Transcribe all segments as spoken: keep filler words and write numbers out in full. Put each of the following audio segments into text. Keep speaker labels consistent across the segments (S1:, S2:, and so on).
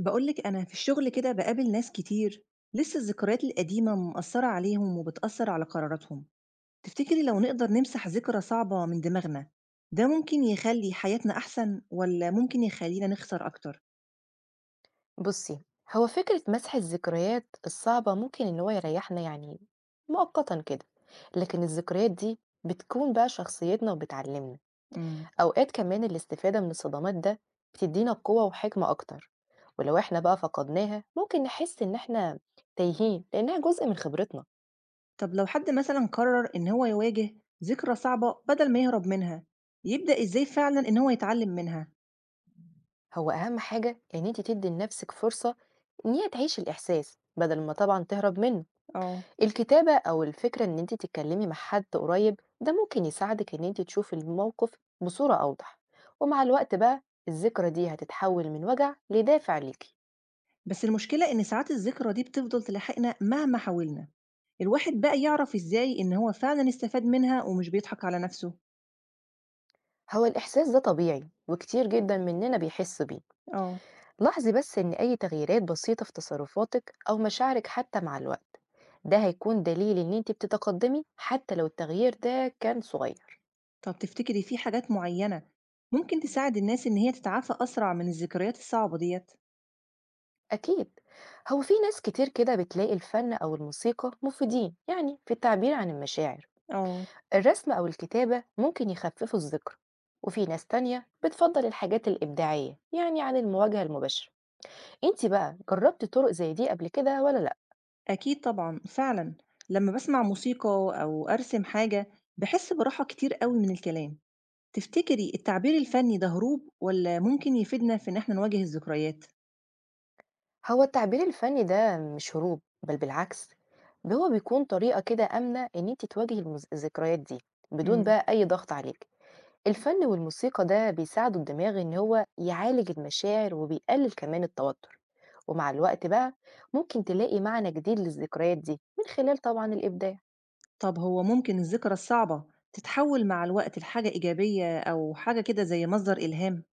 S1: بقولك أنا في الشغل كده بقابل ناس كتير. لسه الذكريات القديمة مأثرة عليهم وبتأثر على قراراتهم. تفتكري لو نقدر نمسح ذكرى صعبة من دماغنا ده ممكن يخلي حياتنا أحسن ولا ممكن يخلينا نخسر أكتر؟
S2: بصي، هو فكرة مسح الذكريات الصعبة ممكن إن هو يريحنا، يعني مؤقتا كده. لكن الذكريات دي بتكون بقى شخصيتنا وبتعلمنا.
S1: مم.
S2: أوقات كمان الاستفادة من الصدمات ده بتدينا قوة وحكمة أكتر، ولو إحنا بقى فقدناها ممكن نحس إن إحنا تايهين لأنها جزء من خبرتنا.
S1: طب لو حد مثلا قرر إن هو يواجه ذكرى صعبة بدل ما يهرب منها يبدأ إزاي فعلا إن هو يتعلم منها؟
S2: هو أهم حاجة إن أنت تدي لنفسك فرصة إن هي تعيش الإحساس بدل ما طبعا تهرب منه.
S1: اه.
S2: الكتابة أو الفكرة إن أنت تتكلمي مع حد قريب ده ممكن يساعدك إن أنت تشوفي الموقف بصورة أوضح. ومع الوقت بقى الذكرى دي هتتحول من وجع لدافع ليكي.
S1: بس المشكلة إن ساعات الذكرى دي بتفضل تلاحقنا مهما حاولنا، الواحد بقى يعرف إزاي إن هو فعلًا استفاد منها ومش بيضحك على نفسه؟
S2: هو الإحساس ده طبيعي وكتير جدا مننا بيحس بيه.
S1: آه.
S2: لاحظي بس إن أي تغييرات بسيطة في تصرفاتك أو مشاعرك حتى مع الوقت، ده هيكون دليل إن أنت بتتقدمي حتى لو التغيير ده كان صغير.
S1: طب تفتكري في حاجات معينة ممكن تساعد الناس إن هي تتعافى أسرع من الذكريات الصعبة ديّة؟
S2: أكيد، هو في ناس كتير كده بتلاقي الفن أو الموسيقى مفيدين، يعني في التعبير عن المشاعر.
S1: آه،
S2: الرسم أو الكتابة ممكن يخففوا الذكر. وفي ناس تانية بتفضل الحاجات الإبداعية يعني عن المواجهة المباشرة. انت بقى جربتي طرق زي دي قبل كده ولا لأ؟
S1: أكيد طبعًا فعلًا، لمّا باسمع موسيقى أو أرسم حاجة باحس براحة كتير أوي من الكلام، تفتكري التعبير الفني ده هروب والّا ممكن يفيدنا في إن إحنا نواجه الذكريات؟
S2: هو التعبير الفني ده مش هروب، بل بالعكس، ده هو بيكون طريقة كده آمنة إن انت تواجهي المز- الذكريات دي بدون
S1: إمم.
S2: بقى أي ضغط عليك. الفن والموسيقى ده بيساعدوا الدماغ إن هو يعالج المشاعر، وبيقلل كمان التوتر. ومع الوقت بقى ممكن تلاقي معنى جديد للذكريات دي من خلال طبعا الإبداع.
S1: طب هو ممكن الذكرى الصعبة تتحول مع الوقت لحاجة إيجابية أو حاجة كده زي مصدر إلهام؟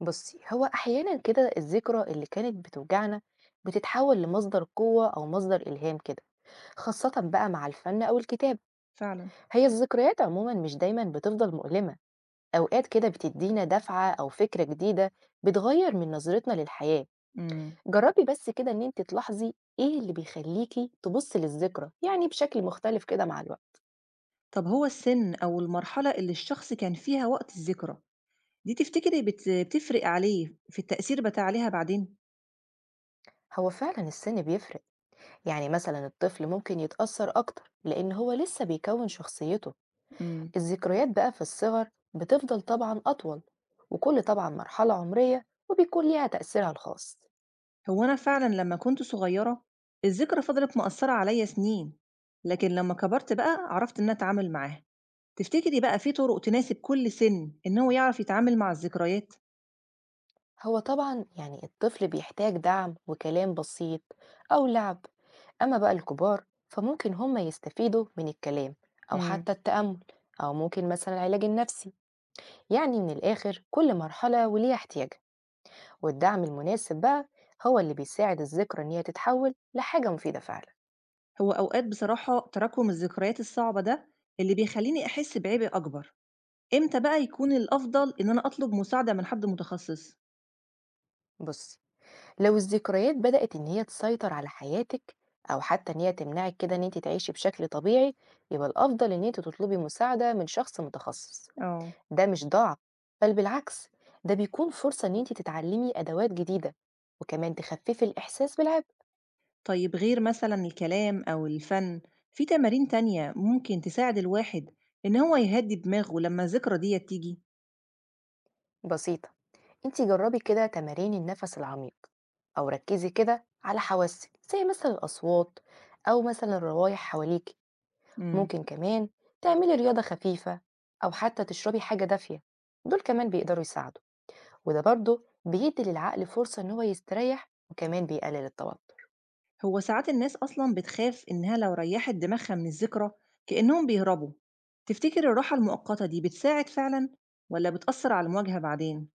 S2: بصي، هو أحيانا كده الذكرى اللي كانت بتوجعنا بتتحول لمصدر قوة أو مصدر إلهام كده، خاصة بقى مع الفن أو الكتاب.
S1: فعلا.
S2: هي الذكريات عموما مش دايما بتفضل مؤلمة، أوقات كده بتدينا دفعة أو فكرة جديدة بتغير من نظرتنا للحياة.
S1: امم.
S2: جربي بس كده إن أنت تلاحظي إيه اللي بيخليكي تبصي للذكرى يعني بشكل مختلف كده مع الوقت.
S1: طب هو السن أو المرحلة اللي الشخص كان فيها وقت الذكرى دي تفتكري بت... بتفرق عليه في التأثير بتاع عليها بعدين؟
S2: هو فعلا السن بيفرق، يعني مثلا الطفل ممكن يتأثر أكتر لأن هو لسه بيكون شخصيته.
S1: امم.
S2: الذكريات بقى في الصغر بتفضل طبعا أطول، وكل طبعا مرحلة عمرية وبيكون ليها تأثيرها الخاص.
S1: هو أنا فعلا لما كنت صغيرة الذكرى فضلت مأثرة عليا سنين، لكن لما كبرت بقى عرفت إن أنا أتعامل معاها. تفتكري بقى في طرق تناسب كل سن إن هو يعرف يتعامل مع الذكريات؟
S2: هو طبعا يعني الطفل بيحتاج دعم وكلام بسيط، أو لعب. أما بقى الكبار فممكن هم يستفيدوا من الكلام، أو
S1: مم.
S2: حتى التأمل، أو ممكن مثلا العلاج النفسي. يعني من الآخر كل مرحلة وليها احتياجها، والدعم المناسب بقى هو اللي بيساعد الذكرى إن هي تتحول لحاجة مفيدة فعلا.
S1: هو أوقات بصراحة تراكم الذكريات الصعبة ده اللي بيخلّيني أحس بعبء أكبر، إمتى بقى يكون الأفضل إن أنا أطلب مساعدة من حد متخصص؟
S2: بص، لو الذكريات بدأت إن هي تسيطر على حياتك، أو حتى إن هي تمنعك كده إن أنت تعيشي بشكل طبيعي، يبقى الأفضل إن أنت تطلبي مساعدة من شخص متخصص.
S1: اه.
S2: ده مش ضعف، بل بالعكس، ده بيكون فرصة إن أنت تتعلمي أدوات جديدة، وكمان تخففي الإحساس بالعبء.
S1: طيب غير مثلًا الكلام أو الفن، في تمارين تانية ممكن تساعد الواحد إن هو يهدّي دماغه لمّا الذكرى ديّة تيجي؟
S2: بسيطة، أنت جربي كده تمارين النفس العميق، أو ركزي كده على حواسك زي مثلا الأصوات، أو مثلا الروايح حواليك.
S1: امم.
S2: ممكن كمان تعملي رياضة خفيفة، أو حتى تشربي حاجة دافية. دول كمان بيقدروا يساعدوا، وده برضه بيدي للعقل فرصة إن هو يستريح، وكمان بيقلل التوتر.
S1: هو ساعات الناس أصلًا بتخاف إنها لو ريّحت دماغها من الذكرى كأنهم بيهربوا، تفتكر الراحة المؤقتة دي بتساعد فعلًا ولا بتأثّر على المواجهة بعدين؟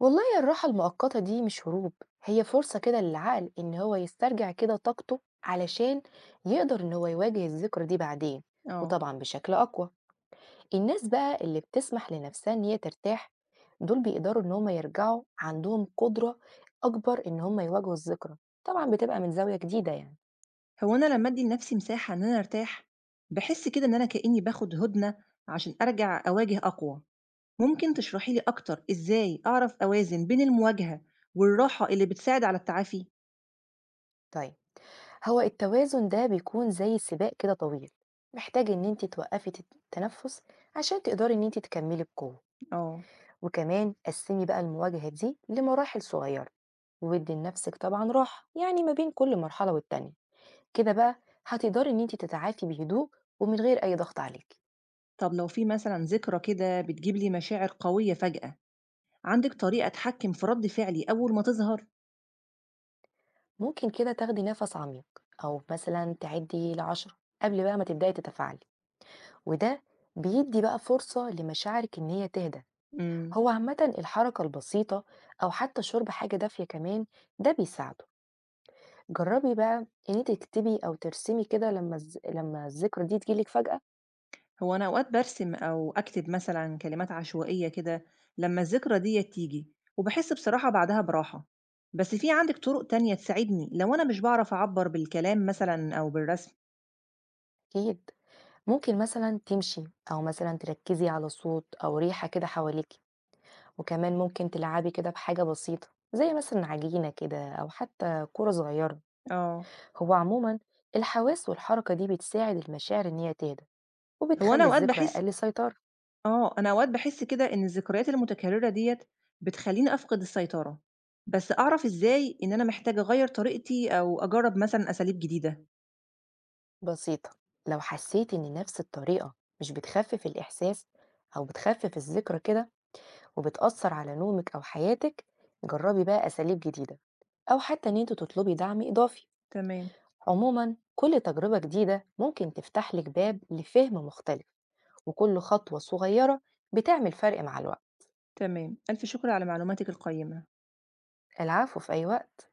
S2: والله يا، الراحة المؤقتة دي مش هروب، هي فرصة كده للعقل إن هو يسترجع كده طاقته علشان يقدر إن هو يواجه الذكرى دي بعدين،
S1: اه.
S2: وطبعا بشكل أقوى. الناس بقى اللي بتسمح لنفسها إن هي ترتاح دول بيقدروا إن هم يرجعوا عندهم قدرة أكبر إن هم يواجهوا الذكرى، طبعا بتبقى من زاوية جديدة يعني.
S1: هو أنا لمّا أدّي لنفسي مساحة إن أنا أرتاح، باحس كده إن أنا كإنّي باخد هُدنة عشان أرجع أواجه أقوى. ممكن تشرحي لي أكتر إزاي أعرف أوازن بين المواجهة والراحة اللي بتساعد على التعافي؟
S2: طيب، هو التوازن ده بيكون زي سباق كده طويل، محتاج إن أنت توقفي تت- التنفس عشان تقدري إن أنت تكملي بقوة.
S1: آه.
S2: وكمان قسمي بقى المواجهة دي لمراحل صغيرة، وادي لنفسك طبعا راحة يعني ما بين كل مرحلة والتانية. كده بقى هتقدري إن أنت تتعافي بهدوء، ومن غير أي ضغط عليك.
S1: طب لو في مثلًا ذكرى كده بتجيب لي مشاعر قوية فجأة، عندِك طريقة أتحكم في رَد فعلي أول ما تظهر؟
S2: ممكن كده تاخدي نفس عميق، أو مثلا تعدي لعشرة قبل بقى ما تبدأي تتفاعلي، وده بيدي بقى فرصة لمشاعرك إن هي تهدى.
S1: إمم.
S2: هو عامة الحركة البسيطة، أو حتى شرب حاجة دافية كمان، ده بيساعده. جربي بقى إن انت تكتبي أو ترسمي كده لما الز... لما الذكرى دي تجيلك فجأة.
S1: هو أنا أوقات بارسم أو أكتب مثلًا كلمات عشوائية كده لمّا الذكرى ديّة تيجي، وباحس بصراحة بعدها براحة، بس في عندِك طرق تانية تساعدني لو أنا مش باعرف أعبّر بالكلام مثلًا أو بالرسم؟
S2: أكيد، ممكن مثلا تمشي، أو مثلا تركزي على صوت أو ريحة كده حواليكي. وكمان ممكن تلعبي كده بحاجة بسيطة زي مثلا عجينة كده، أو حتى كرة صغيرة.
S1: آه.
S2: هو عموما الحواس والحركة دي بتساعد المشاعر إن هي تهدى،
S1: هو أنا
S2: وبتخلي
S1: أوقات
S2: الذكرى
S1: باحس
S2: أقل سيطرة.
S1: آه، أنا أوقات باحس كده إن الذكريات المتكررة ديّة بتخلّيني أفقد السيطرة، بس أعرف إزاي إن أنا محتاجة أغيّر طريقتي أو أجرّب مثلًا أساليب جديدة؟
S2: بسيطة، لو حسيت إن نفس الطريقة مش بتخفف الإحساس، أو بتخفف الذكرى كده، وبتأثر على نومك أو حياتك، جربي بقى أساليب جديدة، أو حتى إن أنت تطلبي دعم إضافي.
S1: تمام،
S2: عموما كل تجربة جديدة ممكن تفتح لك باب لفهم مختلف، وكل خطوة صغيرة بتعمل فرق مع الوقت.
S1: تمام، ألف شكر على معلوماتِك القيّمة.
S2: العفو، في أي وقت.